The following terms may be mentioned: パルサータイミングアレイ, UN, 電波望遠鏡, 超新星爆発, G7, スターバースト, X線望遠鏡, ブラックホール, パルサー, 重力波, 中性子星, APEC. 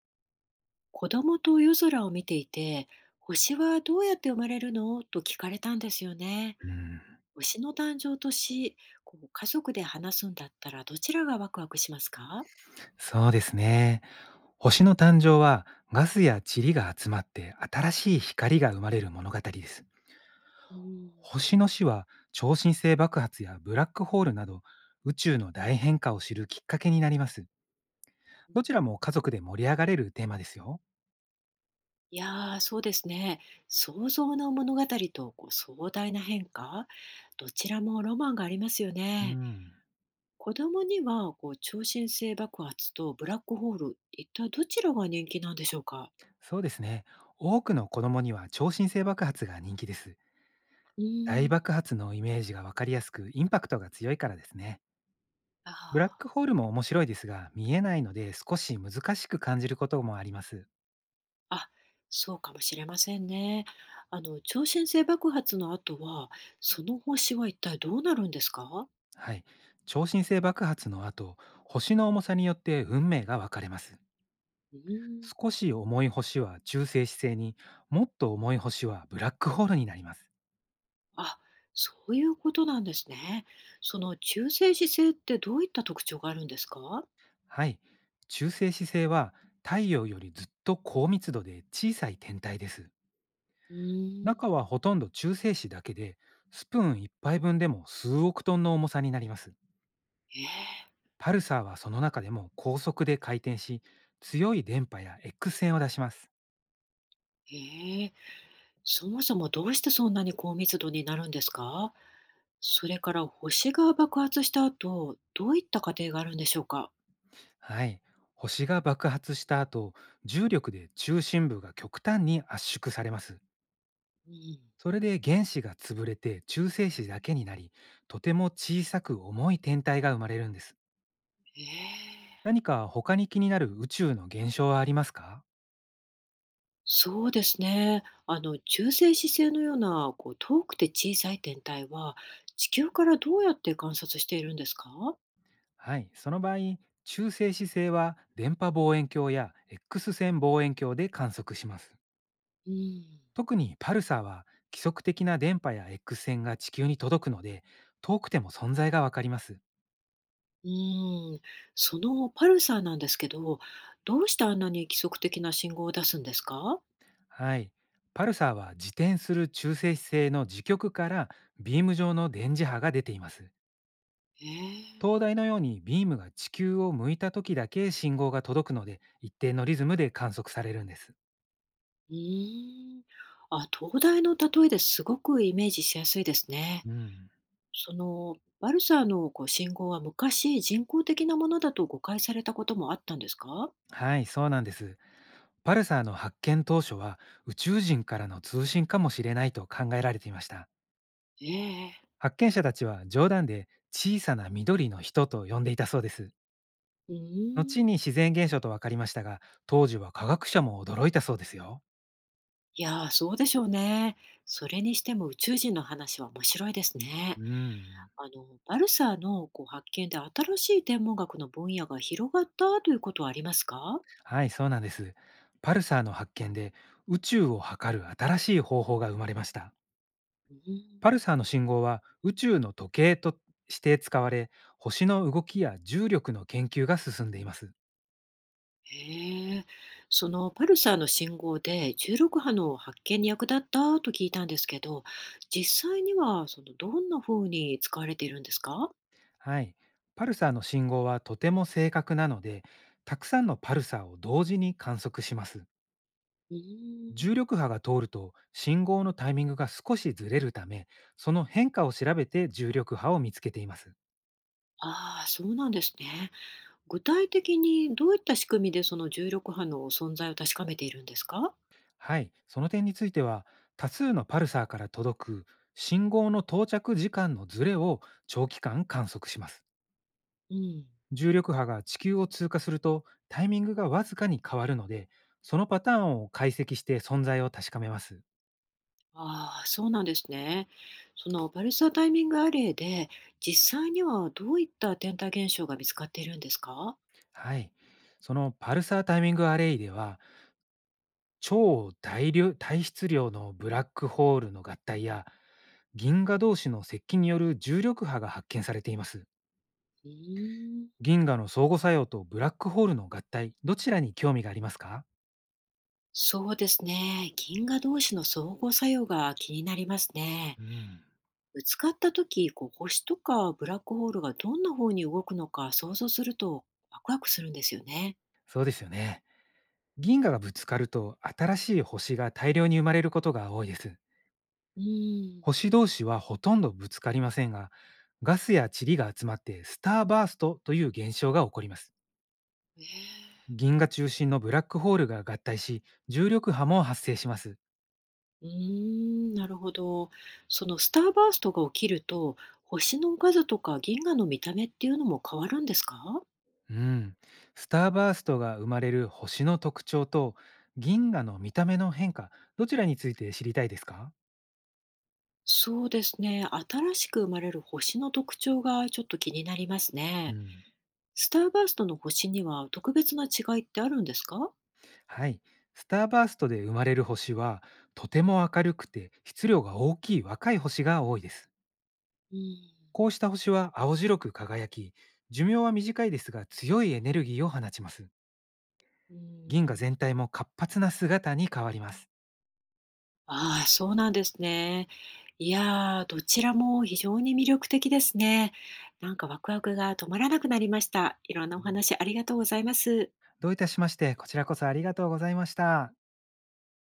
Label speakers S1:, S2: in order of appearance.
S1: 子供と夜空を見ていて、星はどうやって生まれるのと聞かれたんですよね。
S2: うん、
S1: 星の誕生とし、こう家族で話すんだったらどちらがワクワクしますか？
S2: そうですね。星の誕生はガスや塵が集まって新しい光が生まれる物語です。
S1: うん。
S2: 星の死は超新星爆発やブラックホールなど宇宙の大変化を知るきっかけになります。
S1: う
S2: どちらも家
S1: ん。
S2: 族で盛り上がれるテーマですよ。
S1: いやー、そうですね。想像の物語とこう壮大な変化、どちらもロマンがありますよ
S2: う
S1: ね。
S2: ん、
S1: 子供にはこう超新星爆発とブラックホール、一体どちらが人気なんでしょうか？
S2: そうですね。多くの子供には超新星爆発が人気です。
S1: う
S2: 大
S1: ん。
S2: 爆発のイメージがわかりやすくインパクトが強いからですね。
S1: あ
S2: ブラック
S1: あ。
S2: ホールも面白いですが、見えないので少し難しく感じることもあります。
S1: あ、そうかもしれませんね。超新星爆発の後は、その星は一体どうなるんですか？
S2: はい。超新星爆発の後、星の重さによって運命が分かれます。
S1: うーん。
S2: 少し重い星は中性子星に、もっと重い星はブラックホールになります。
S1: あ、そういうことなんですね。その中性子星ってどういった特徴があるんですか？
S2: はい。中性子星は太陽よりずっと高密度で小さい天体です。
S1: うー
S2: 中
S1: ん。
S2: はほとんど中性子だけで、スプーン1杯分でも数億トンの重さになります。
S1: ええ。
S2: パルサーはその中でも高速で回転し、強い電波や X 線を出します。
S1: ええ。そもそもどうしてそんなに高密度になるんですか？それから星が爆発した後、どういった過程があるんでしょうか？
S2: はい。星が爆発した後、重力で中心部が極端に圧縮されます。
S1: うん。
S2: それで原子が潰れて中性子だけになり、とても小さく重い天体が生まれるんです。
S1: ええ。
S2: 何か他に気になる宇宙の現象はありますか？
S1: そうですね。中性子星のようなこう遠くて小さい天体は地球からどうやって観察しているんですか？
S2: はい。その場合、中性子星は電波望遠鏡や X 線望遠鏡で観測します。
S1: うん。
S2: 特にパルサーは規則的な電波や X 線が地球に届くので、遠くても存在がわかります。
S1: うん。そのパルサーなんですけど、どうしてあんなに規則的な信号を出すんですか？
S2: はい。パルサーは自転する中性子星の磁極からビーム状の電磁波が出ています。
S1: ええ。
S2: 灯台のようにビームが地球を向いた時だけ信号が届くので、一定のリズムで観測されるんです。
S1: うーん。あ、東大の例えですごくイメージしやすいですね。
S2: うん。
S1: そのバルサーのこう信号は昔人工的なものだと誤解されたこともあったんですか？
S2: はい、そうなんです。パルサーの発見当初は、宇宙人からの通信かもしれないと考えられていました。
S1: ええ。
S2: 発見者たちは冗談で小さな緑の人と呼んでいたそうです。
S1: うー
S2: 後
S1: ん。
S2: に自然現象と分かりましたが、当時は科学者も驚いたそうですよ。
S1: いやー、そうでしょうね。それにしても宇宙人の話は面白いですね。
S2: うーん。
S1: バルサーのこう発見で新しい天文学の分野が広がったということはありますか？
S2: はい、そうなんです。パルサーの発見で、宇宙を測る新しい方法が生まれました。
S1: うー
S2: パル
S1: ん。
S2: サーの信号は宇宙の時計として使われ、星の動きや重力の研究が進んでいます。
S1: へえ。そのパルサーの信号で重力波の発見に役立ったと聞いたんですけど、実際にはそのどんな風に使われているんですか？
S2: はい。パルサーの信号はとても正確なので、たくさんのパルサーを同時に観測します。
S1: うーん。
S2: 重力波が通ると信号のタイミングが少しずれるため、その変化を調べて重力波を見つけています。
S1: ああ、そうなんですね。具体的にどういった仕組みでその重力波の存在を確かめているんですか？
S2: はい、その点については、多数のパルサーから届く信号の到着時間のずれを長期間観測します。
S1: うん。
S2: 重力波が地球を通過するとタイミングがわずかに変わるので、そのパターンを解析して存在を確かめます。
S1: ああ、そうなんですね。そのバルサタイミングアレイで、実際にはどういった天体現象が見つかっているんですか？
S2: はい、そのパルサータイミングアレイでは、超大量体質量のブラックホールの合体や銀河同士の接近による重力波が発見されています。
S1: うーん。
S2: 銀河の相互作用とブラックホールの合体、どちらに興味がありますか？
S1: そうですね。銀河同士の相互作用が気になりますね。
S2: うん。
S1: ぶつかった時、こう星とかブラックホールがどんな方に動くのか想像するとワクワクするんですよね。
S2: そうですよね。銀河がぶつかると、新しい星が大量に生まれることが多いです。
S1: うん。
S2: 星同士はほとんどぶつかりませんが、ガスや塵が集まってスターバーストという現象が起こります。
S1: ええ。
S2: 銀河中心のブラックホールが合体し、重力波も発生します。
S1: うーん、なるほど。そのスターバーストが起きると、星の数とか銀河の見た目っていうのも変わるんですか？
S2: うん、スターバーストが生まれる星の特徴と銀河の見た目の変化、どちらについて知りたいですか？
S1: そうですね。新しく生まれる星の特徴がちょっと気になります
S2: う
S1: ね。
S2: ん。
S1: スターバーストの星には特別な違いってあるんですか？
S2: はい。スターバーストで生まれる星は、とても明るくて質量が大きい若い星が多いです。
S1: うん。
S2: こうした星は青白く輝き、寿命は短いですが強いエネルギーを放ちます。
S1: う
S2: 銀河
S1: ん。
S2: 全体も活発な姿に変わります。
S1: ああ、そうなんですね。いやー、どちらも非常に魅力的ですね。なんかワクワクが止まらなくなりました。いろんなお
S2: うん。
S1: 話ありがとうございます。
S2: どういたしまして、こちらこそありがとうございました。